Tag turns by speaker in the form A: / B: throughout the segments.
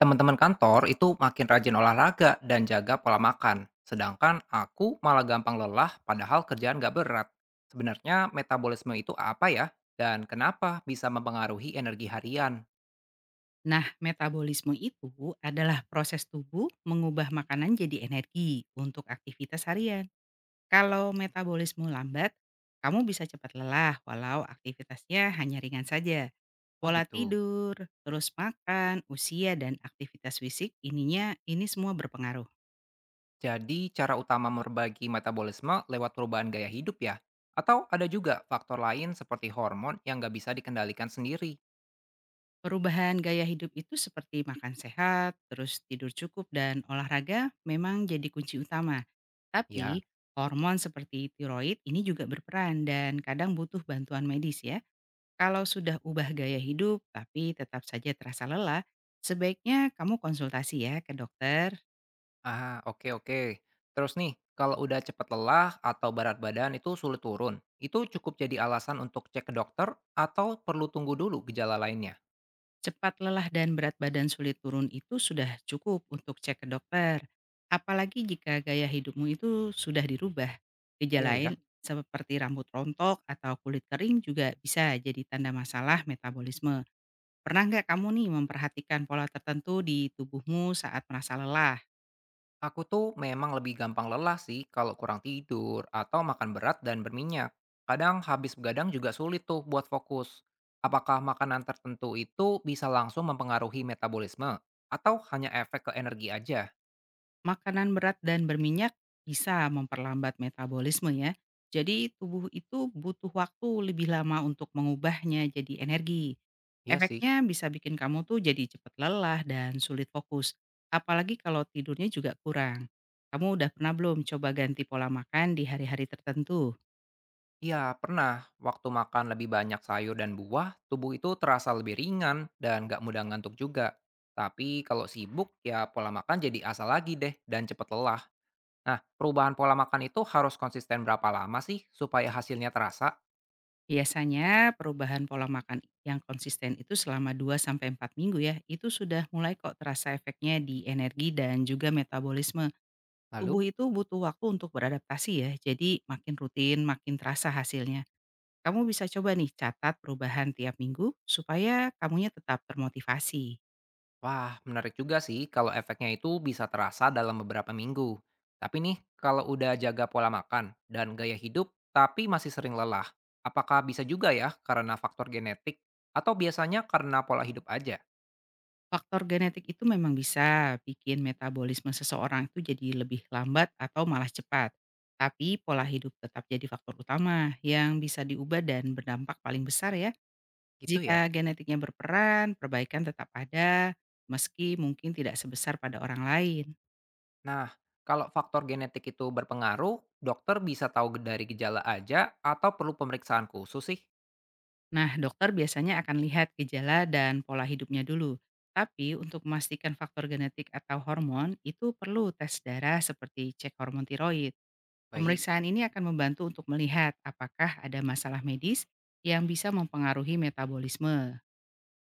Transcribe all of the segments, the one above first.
A: Teman-teman kantor itu makin rajin olahraga dan jaga pola makan, sedangkan aku malah gampang lelah padahal kerjaan gak berat. Sebenarnya metabolisme itu apa ya? Dan kenapa bisa mempengaruhi energi harian?
B: Nah, metabolisme itu adalah proses tubuh mengubah makanan jadi energi untuk aktivitas harian. Kalau metabolisme lambat, kamu bisa cepat lelah walau aktivitasnya hanya ringan saja.
A: Oh
B: Pola
A: gitu.
B: tidur, terus makan, usia dan aktivitas fisik ini semua berpengaruh.
A: Jadi cara utama memperbaiki metabolisme lewat perubahan gaya hidup ya? Atau ada juga faktor lain seperti hormon yang gak bisa dikendalikan sendiri?
B: Perubahan gaya hidup itu seperti makan sehat, terus tidur cukup, dan olahraga memang jadi kunci utama.
A: Ya.
B: Tapi hormon seperti tiroid ini juga berperan dan kadang butuh bantuan medis ya. Kalau sudah ubah gaya hidup tapi tetap saja terasa lelah, sebaiknya kamu konsultasi ya ke dokter.
A: Ah, oke oke. Terus nih, kalau udah cepat lelah atau berat badan itu sulit turun, itu cukup jadi alasan untuk cek ke dokter atau perlu tunggu dulu gejala lainnya?
B: Cepat lelah dan berat badan sulit turun itu sudah cukup untuk cek ke dokter. Apalagi jika gaya hidupmu itu sudah dirubah.
A: Iya
B: Gejala
A: ya,
B: lain seperti rambut rontok atau kulit kering juga bisa jadi tanda masalah metabolisme. Pernah nggak kamu nih memperhatikan pola tertentu di tubuhmu saat merasa lelah?
A: aku tuh memang lebih gampang lelah sih kalau kurang tidur atau makan berat dan berminyak. Kadang habis begadang juga sulit tuh buat fokus. Apakah makanan tertentu itu bisa langsung mempengaruhi metabolisme atau hanya efek ke energi aja?
B: Makanan berat dan berminyak bisa memperlambat metabolisme ya. Jadi tubuh itu butuh waktu lebih lama untuk mengubahnya jadi energi.
A: Iya sih.
B: Efeknya bisa bikin kamu tuh jadi cepat lelah dan sulit fokus. Apalagi kalau tidurnya juga kurang. Kamu udah pernah belum coba ganti pola makan di hari-hari tertentu?
A: Ya pernah. Waktu makan lebih banyak sayur dan buah, tubuh itu terasa lebih ringan dan nggak mudah ngantuk juga. Tapi kalau sibuk, ya pola makan jadi asal lagi deh dan cepet lelah. Nah, perubahan pola makan itu harus konsisten berapa lama sih supaya hasilnya terasa?
B: Biasanya perubahan pola makan yang konsisten itu selama 2 sampai 4 minggu ya, itu sudah mulai kok terasa efeknya di energi dan juga metabolisme.
A: Lalu,
B: Tubuh itu butuh waktu untuk beradaptasi ya, jadi makin rutin, makin terasa hasilnya. Kamu bisa coba nih catat perubahan tiap minggu supaya kamunya tetap termotivasi.
A: wah menarik juga sih kalau efeknya itu bisa terasa dalam beberapa minggu. Tapi nih, kalau udah jaga pola makan dan gaya hidup, tapi masih sering lelah, apakah bisa juga ya karena faktor genetik? Atau biasanya karena pola hidup aja?
B: Faktor genetik itu memang bisa bikin metabolisme seseorang itu jadi lebih lambat atau malah cepat. Tapi pola hidup tetap jadi faktor utama yang bisa diubah dan berdampak paling besar ya.
A: Gitu
B: Jika
A: ya?
B: genetiknya berperan, perbaikan tetap ada meski mungkin tidak sebesar pada orang lain.
A: Nah, kalau faktor genetik itu berpengaruh, dokter bisa tahu dari gejala aja atau perlu pemeriksaan khusus sih?
B: Nah, dokter biasanya akan lihat gejala dan pola hidupnya dulu. Tapi untuk memastikan faktor genetik atau hormon, itu perlu tes darah seperti cek hormon tiroid.
A: Baik.
B: Pemeriksaan ini akan membantu untuk melihat apakah ada masalah medis yang bisa mempengaruhi metabolisme.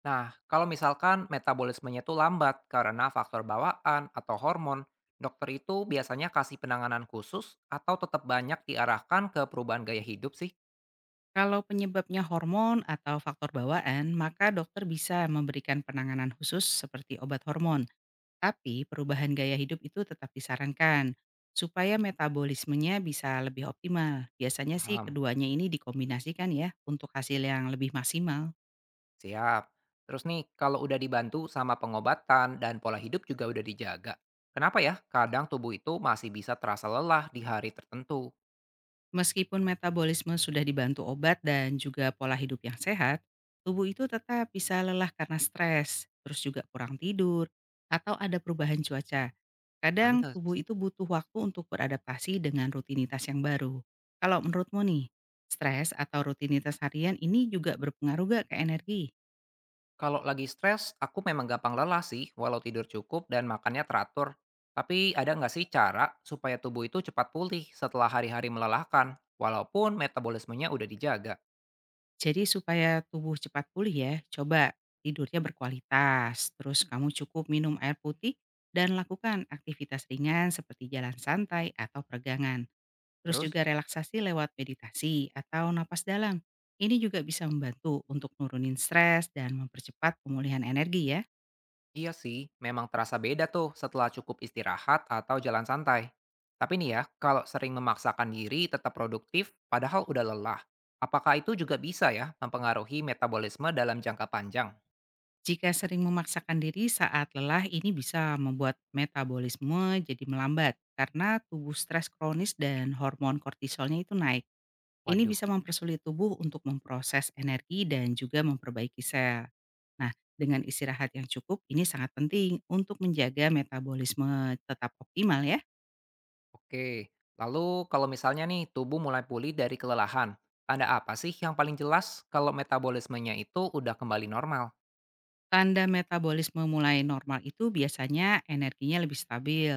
A: Nah, kalau misalkan metabolismenya itu lambat karena faktor bawaan atau hormon, dokter itu biasanya kasih penanganan khusus atau tetap banyak diarahkan ke perubahan gaya hidup sih?
B: Kalau penyebabnya hormon atau faktor bawaan, maka dokter bisa memberikan penanganan khusus seperti obat hormon. Tapi perubahan gaya hidup itu tetap disarankan, supaya metabolismenya bisa lebih optimal. Biasanya sih
A: Paham.
B: keduanya ini dikombinasikan ya untuk hasil yang lebih maksimal.
A: Siap. Terus nih, kalau udah dibantu sama pengobatan dan pola hidup juga udah dijaga. Kenapa ya? Kadang tubuh itu masih bisa terasa lelah di hari tertentu.
B: Meskipun metabolisme sudah dibantu obat dan juga pola hidup yang sehat, tubuh itu tetap bisa lelah karena stres, terus juga kurang tidur, atau ada perubahan cuaca. Kadang
A: Pantes.
B: tubuh itu butuh waktu untuk beradaptasi dengan rutinitas yang baru. Kalau menurutmu nih, stres atau rutinitas harian ini juga berpengaruh gak ke energi?
A: Kalau lagi stres, aku memang gampang lelah sih, walau tidur cukup dan makannya teratur. Tapi ada nggak sih cara supaya tubuh itu cepat pulih setelah hari-hari melelahkan, walaupun metabolismenya udah dijaga?
B: Jadi supaya tubuh cepat pulih ya, coba tidurnya berkualitas, terus kamu cukup minum air putih dan lakukan aktivitas ringan seperti jalan santai atau peregangan. Terus
A: Terus,
B: juga relaksasi lewat meditasi atau napas dalam. Ini juga bisa membantu untuk nurunin stres dan mempercepat pemulihan energi ya.
A: iya sih, memang terasa beda tuh setelah cukup istirahat atau jalan santai. Tapi nih ya, kalau sering memaksakan diri tetap produktif padahal udah lelah, apakah itu juga bisa ya mempengaruhi metabolisme dalam jangka panjang?
B: Jika sering memaksakan diri saat lelah, ini bisa membuat metabolisme jadi melambat karena tubuh stres kronis dan hormon kortisolnya itu naik. Ini
A: Waduh.
B: bisa mempersulit tubuh untuk memproses energi dan juga memperbaiki sel. Nah, dengan istirahat yang cukup ini sangat penting untuk menjaga metabolisme tetap optimal ya.
A: Oke, lalu kalau misalnya nih tubuh mulai pulih dari kelelahan, tanda apa sih yang paling jelas kalau metabolismenya itu udah kembali normal?
B: Tanda metabolisme mulai normal itu biasanya energinya lebih stabil,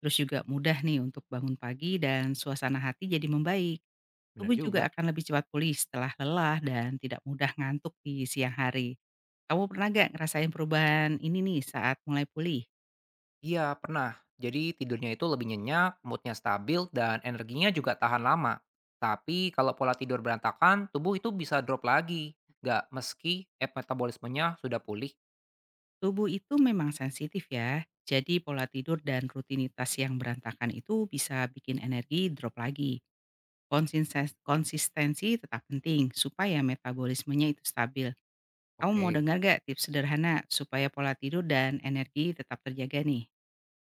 B: terus juga mudah nih untuk bangun pagi dan suasana hati jadi membaik.
A: Bener
B: Tubuh juga
A: juga.
B: akan lebih cepat pulih setelah lelah dan tidak mudah ngantuk di siang hari. Kamu pernah gak ngerasain perubahan ini nih saat mulai pulih?
A: Iya, pernah. Jadi tidurnya itu lebih nyenyak, moodnya stabil, dan energinya juga tahan lama. Tapi kalau pola tidur berantakan, tubuh itu bisa drop lagi. Nggak metabolismenya sudah pulih.
B: Tubuh itu memang sensitif ya, jadi pola tidur dan rutinitas yang berantakan itu bisa bikin energi drop lagi. Konsistensi tetap penting supaya metabolismenya itu stabil. Kamu mau
A: Oke.
B: dengar gak tips sederhana supaya pola tidur dan energi tetap terjaga nih?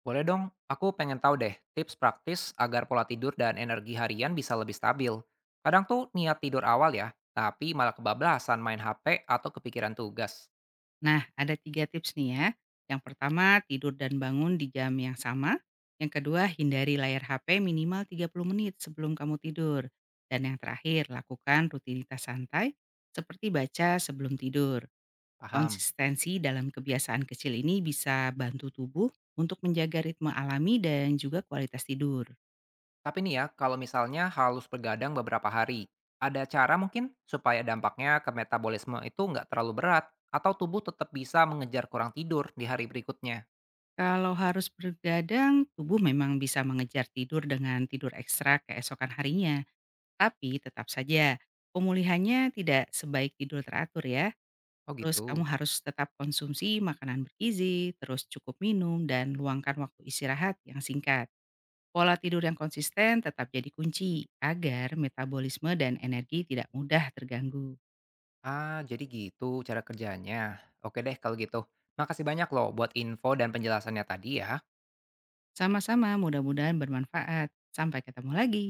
A: Boleh dong, aku pengen tahu deh tips praktis agar pola tidur dan energi harian bisa lebih stabil. Kadang tuh niat tidur awal ya, tapi malah kebablasan main HP atau kepikiran tugas.
B: Nah, ada tiga tips nih ya. Yang pertama, tidur dan bangun di jam yang sama. Yang kedua, hindari layar HP minimal 30 menit sebelum kamu tidur. Dan yang terakhir, lakukan rutinitas santai seperti baca sebelum tidur.
A: Paham.
B: Konsistensi dalam kebiasaan kecil ini bisa bantu tubuh untuk menjaga ritme alami dan juga kualitas tidur.
A: Tapi nih ya, kalau misalnya halus bergadang beberapa hari, ada cara mungkin supaya dampaknya ke metabolisme itu nggak terlalu berat atau tubuh tetap bisa mengejar kurang tidur di hari berikutnya.
B: Kalau harus bergadang, tubuh memang bisa mengejar tidur dengan tidur ekstra keesokan harinya. Tapi tetap saja, pemulihannya tidak sebaik tidur teratur ya.
A: Oh
B: Terus kamu
A: gitu.
B: harus tetap konsumsi makanan bergizi, terus cukup minum, dan luangkan waktu istirahat yang singkat. Pola tidur yang konsisten tetap jadi kunci agar metabolisme dan energi tidak mudah terganggu.
A: Ah, jadi gitu cara kerjanya. Oke deh kalau gitu. Makasih banyak loh buat info dan penjelasannya tadi ya.
B: Sama-sama mudah-mudahan bermanfaat. Sampai ketemu lagi.